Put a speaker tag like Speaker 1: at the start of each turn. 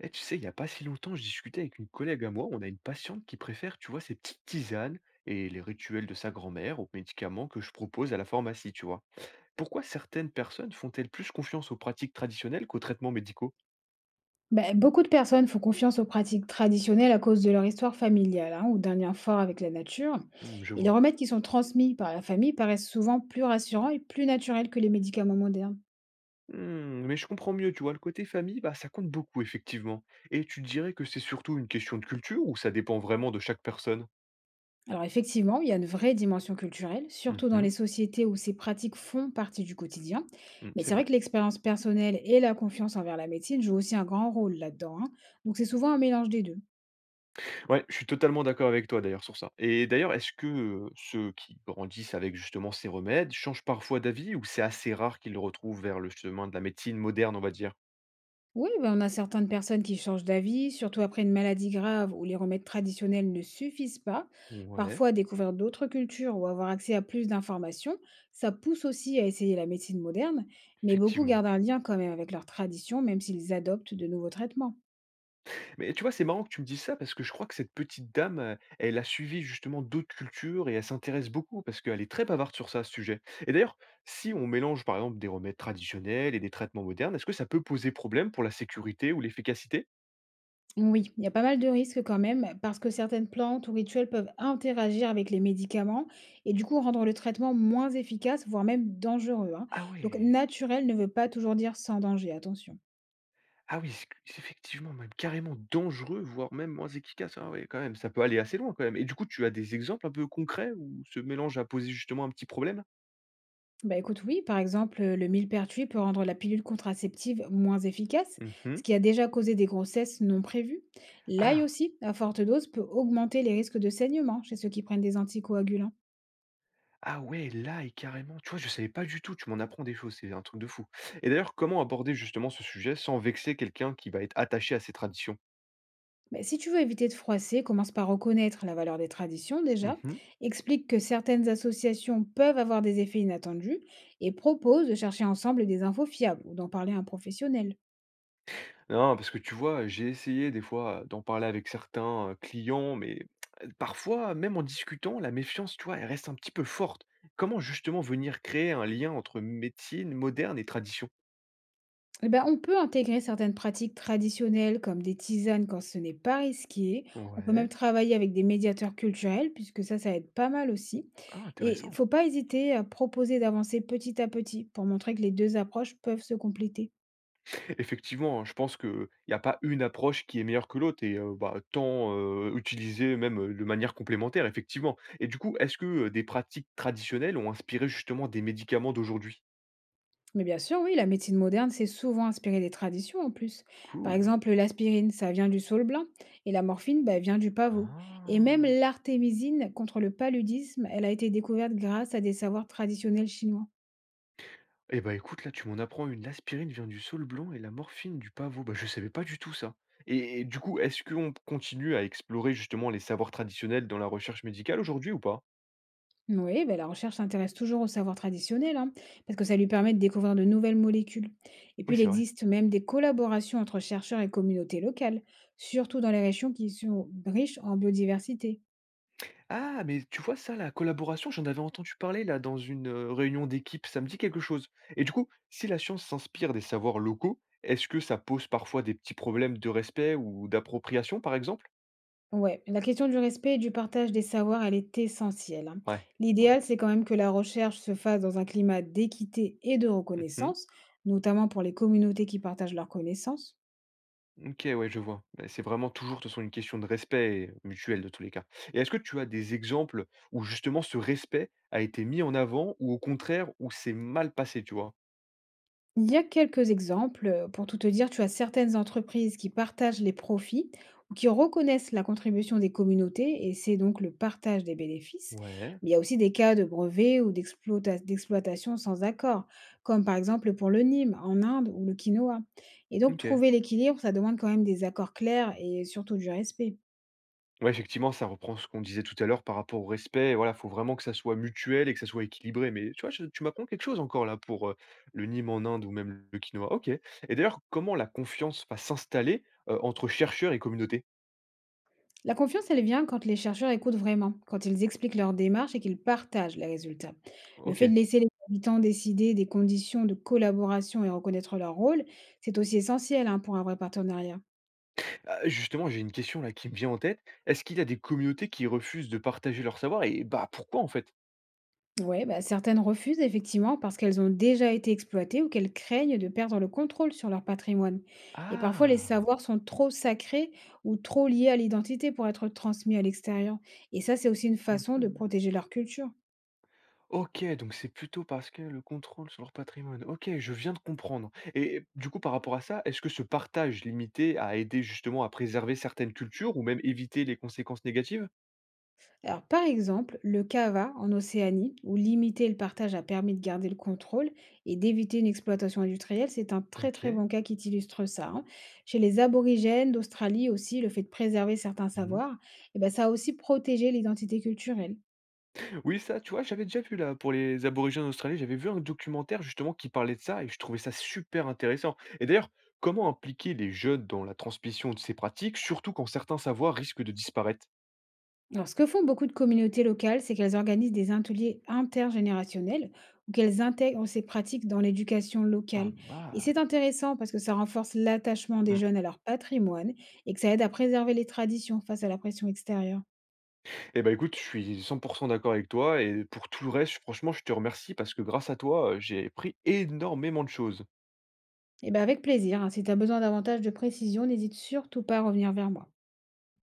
Speaker 1: Eh, tu sais, il n'y a pas si longtemps, je discutais avec une collègue à moi. On a une patiente qui préfère, tu vois, ses petites tisanes et les rituels de sa grand-mère aux médicaments que je propose à la pharmacie, tu vois. Pourquoi certaines personnes font-elles plus confiance aux pratiques traditionnelles qu'aux traitements médicaux?
Speaker 2: Bah, beaucoup de personnes font confiance aux pratiques traditionnelles à cause de leur histoire familiale hein, ou d'un lien fort avec la nature.
Speaker 1: Hmm, je
Speaker 2: Et les
Speaker 1: vois.
Speaker 2: remèdes qui sont transmis par la famille paraissent souvent plus rassurants et plus naturels que les médicaments modernes.
Speaker 1: Hmm, mais je comprends mieux, tu vois, le côté famille, bah, ça compte beaucoup, effectivement. Et tu dirais que c'est surtout une question de culture ou ça dépend vraiment de chaque personne?
Speaker 2: Alors effectivement, il y a une vraie dimension culturelle, surtout dans les
Speaker 1: Mhm,
Speaker 2: sociétés où ces pratiques font partie du quotidien.
Speaker 1: hmm,
Speaker 2: Mais
Speaker 1: c'est
Speaker 2: c'est vrai
Speaker 1: vrai.
Speaker 2: que l'expérience personnelle et la confiance envers la médecine jouent aussi un grand rôle là-dedans, hein. Donc c'est souvent un mélange des deux.
Speaker 1: Ouais, je suis totalement d'accord avec toi d'ailleurs sur ça. Et d'ailleurs, est-ce que ceux qui grandissent avec justement ces remèdes changent parfois d'avis ou c'est assez rare qu'ils le retrouvent vers le chemin de la médecine moderne, on va dire?
Speaker 2: Oui, ben, on a certaines personnes qui changent d'avis, surtout après une maladie grave où les remèdes traditionnels ne suffisent pas.
Speaker 1: Ouais,
Speaker 2: Parfois, découvrir d'autres cultures ou avoir accès à plus d'informations, ça pousse aussi à essayer la médecine moderne, mais beaucoup
Speaker 1: effectivement.
Speaker 2: gardent un lien quand même avec leur tradition, même s'ils adoptent de nouveaux traitements.
Speaker 1: Mais tu vois, c'est marrant que tu me dises ça parce que je crois que cette petite dame, elle a suivi justement d'autres cultures et elle s'intéresse beaucoup parce qu'elle est très bavarde sur ça, ce sujet. Et d'ailleurs, si on mélange par exemple des remèdes traditionnels et des traitements modernes, est-ce que ça peut poser problème pour la sécurité ou l'efficacité?
Speaker 2: Oui, il y a pas mal de risques quand même, parce que certaines plantes ou rituels peuvent interagir avec les médicaments et du coup rendre le traitement moins efficace, voire même dangereux, hein.
Speaker 1: Ah
Speaker 2: Donc
Speaker 1: ouais.
Speaker 2: naturel ne veut pas toujours dire sans danger, attention.
Speaker 1: Ah oui, c'est c effectivement, même carrément dangereux, voire même moins efficace. Ah ouais, quand même, ça peut aller assez loin quand même. Et du coup, tu as des exemples un peu concrets où ce mélange a posé justement un petit problème?
Speaker 2: Bah écoute, oui, par exemple, le millepertuis peut rendre la pilule contraceptive moins efficace, ce
Speaker 1: Mmh.
Speaker 2: qui a déjà causé des grossesses non prévues. L'ail
Speaker 1: Ah!
Speaker 2: aussi, à forte dose, peut augmenter les risques de saignement chez ceux qui prennent des anticoagulants.
Speaker 1: Ah ouais, là et carrément, tu vois, je savais pas du tout, tu m'en apprends des choses, c'est un truc de fou. Et d'ailleurs, comment aborder justement ce sujet sans vexer quelqu'un qui va être attaché à ses traditions?
Speaker 2: Mais si tu veux éviter de froisser, commence par reconnaître la valeur des traditions déjà,
Speaker 1: Mmh.
Speaker 2: explique que certaines associations peuvent avoir des effets inattendus et propose de chercher ensemble des infos fiables ou d'en parler à un professionnel.
Speaker 1: Non, parce que tu vois, j'ai essayé des fois d'en parler avec certains, clients, mais parfois, même en discutant, la méfiance, tu vois, elle reste un petit peu forte. Comment justement venir créer un lien entre médecine moderne et tradition?
Speaker 2: Eh ben, on peut intégrer certaines pratiques traditionnelles comme des tisanes quand ce n'est pas risqué. On peut même
Speaker 1: Ouais,
Speaker 2: travailler avec des médiateurs culturels puisque ça, ça aide pas mal aussi.
Speaker 1: ah
Speaker 2: Et il
Speaker 1: intéressant.
Speaker 2: faut pas hésiter à proposer d'avancer petit à petit pour montrer que les deux approches peuvent se compléter.
Speaker 1: Effectivement, je pense qu'il n'y a pas une approche qui est meilleure que l'autre et bah, tant, utiliser même, de manière complémentaire, effectivement. Et du coup, est-ce que, des pratiques traditionnelles ont inspiré justement des médicaments d'aujourd'hui?
Speaker 2: Mais bien sûr, oui, la médecine moderne s'est souvent inspirée des traditions en plus. Par
Speaker 1: Cool.
Speaker 2: exemple, l'aspirine, ça vient du saule blanc et la morphine, bah, vient du pavot. Et même
Speaker 1: Ah!
Speaker 2: l'artémisine contre le paludisme, elle a été découverte grâce à des savoirs traditionnels chinois.
Speaker 1: Eh bah, écoute, là, tu m'en apprends une. L'aspirine vient du saule blanc et la morphine du pavot. Bah, je savais pas du tout ça. Et du coup, est-ce qu'on continue à explorer justement les savoirs traditionnels dans la recherche médicale aujourd'hui ou pas?
Speaker 2: Oui, ben la recherche s'intéresse toujours au savoir traditionnel, hein, parce que ça lui permet de découvrir de nouvelles molécules. Et
Speaker 1: Oui,
Speaker 2: puis, il
Speaker 1: c'est vrai.
Speaker 2: existe même des collaborations entre chercheurs et communautés locales, surtout dans les régions qui sont riches en biodiversité.
Speaker 1: Ah, mais tu vois ça, la collaboration, j'en avais entendu parler là dans une réunion d'équipe, ça me dit quelque chose. Et du coup, si la science s'inspire des savoirs locaux, est-ce que ça pose parfois des petits problèmes de respect ou d'appropriation, par exemple?
Speaker 2: Ouais, la question du respect et du partage des savoirs, elle est essentielle, hein.
Speaker 1: Ouais, ouais.
Speaker 2: L'idéal, c'est quand même que la recherche se fasse dans un climat d'équité et de
Speaker 1: Mhm.
Speaker 2: reconnaissance, notamment pour les communautés qui partagent leurs connaissances.
Speaker 1: OK, ouais, je vois. Bah, c'est vraiment toujours, de toute façon, une question de respect et mutuel, de tous les cas. Et est-ce que tu as des exemples où, justement, ce respect a été mis en avant ou, au contraire, où c'est mal passé, tu vois?
Speaker 2: Il y a quelques exemples. Pour tout te dire, tu as certaines entreprises qui partagent les profits ou qui reconnaissent la contribution des communautés et c'est donc le partage des bénéfices.
Speaker 1: Ouais,
Speaker 2: Mais il y a aussi des cas de brevets ou d'exploitation sans accord, comme par exemple pour le Nîmes en Inde ou le quinoa. Et donc
Speaker 1: OK.
Speaker 2: trouver l'équilibre, ça demande quand même des accords clairs et surtout du respect.
Speaker 1: Ouais, effectivement, ça reprend ce qu'on disait tout à l'heure par rapport au respect. Voilà, faut vraiment que ça soit mutuel et que ça soit équilibré. Mais tu vois, je- tu m'apprends quelque chose encore là pour le nîmes en Inde ou même le quinoa. OK. Et d'ailleurs, comment la confiance va s'installer entre chercheurs et communauté?
Speaker 2: La confiance, elle vient quand les chercheurs écoutent vraiment, quand ils expliquent leur démarche et qu'ils partagent les résultats. Le fait
Speaker 1: OK.
Speaker 2: de laisser les habitants décider des conditions de collaboration et reconnaître leur rôle, c'est aussi essentiel hein, pour un vrai partenariat.
Speaker 1: Ah, justement, j'ai une question là qui me vient en tête. Est-ce qu'il y a des communautés qui refusent de partager leur savoir et bah pourquoi en fait?
Speaker 2: Oui, certaines refusent effectivement parce qu'elles ont déjà été exploitées ou qu'elles craignent de perdre le contrôle sur leur patrimoine. Et parfois, les
Speaker 1: Ah!
Speaker 2: savoirs sont trop sacrés ou trop liés à l'identité pour être transmis à l'extérieur. Et ça, c'est aussi une façon de
Speaker 1: Mmh.
Speaker 2: protéger leur culture.
Speaker 1: OK, donc c'est plutôt parce que le contrôle sur leur patrimoine. OK, je viens de comprendre et du coup, par rapport à ça, est-ce que ce partage limité a aidé justement à préserver certaines cultures ou même éviter les conséquences négatives?
Speaker 2: Alors, par exemple, le cava en Océanie, où limiter le partage a permis de garder le contrôle et d'éviter une exploitation industrielle, c'est un très très
Speaker 1: OK.
Speaker 2: bon cas qui illustre ça, hein. Chez les aborigènes d'Australie aussi, le fait de préserver certains
Speaker 1: Mmh.
Speaker 2: savoirs, eh ben, ça a aussi protégé l'identité culturelle.
Speaker 1: Oui, ça, tu vois, j'avais déjà vu là pour les aborigènes australiens, j'avais vu un documentaire justement qui parlait de ça et je trouvais ça super intéressant. Et d'ailleurs, comment impliquer les jeunes dans la transmission de ces pratiques, surtout quand certains savoirs risquent de disparaître?
Speaker 2: Alors, ce que font beaucoup de communautés locales, c'est qu'elles organisent des ateliers intergénérationnels ou qu'elles intègrent ces pratiques dans l'éducation
Speaker 1: Pas
Speaker 2: locale. Et
Speaker 1: mal.
Speaker 2: c'est intéressant parce que ça renforce l'attachement des
Speaker 1: Mm.
Speaker 2: jeunes à leur patrimoine et que ça aide à préserver les traditions face à la pression extérieure.
Speaker 1: Eh ben écoute, je suis 100% d'accord avec toi et pour tout le reste, franchement, je te remercie parce que grâce à toi, j'ai appris énormément de choses.
Speaker 2: Et bien avec plaisir, hein. Si tu as besoin davantage de précision, n'hésite surtout pas à revenir vers moi.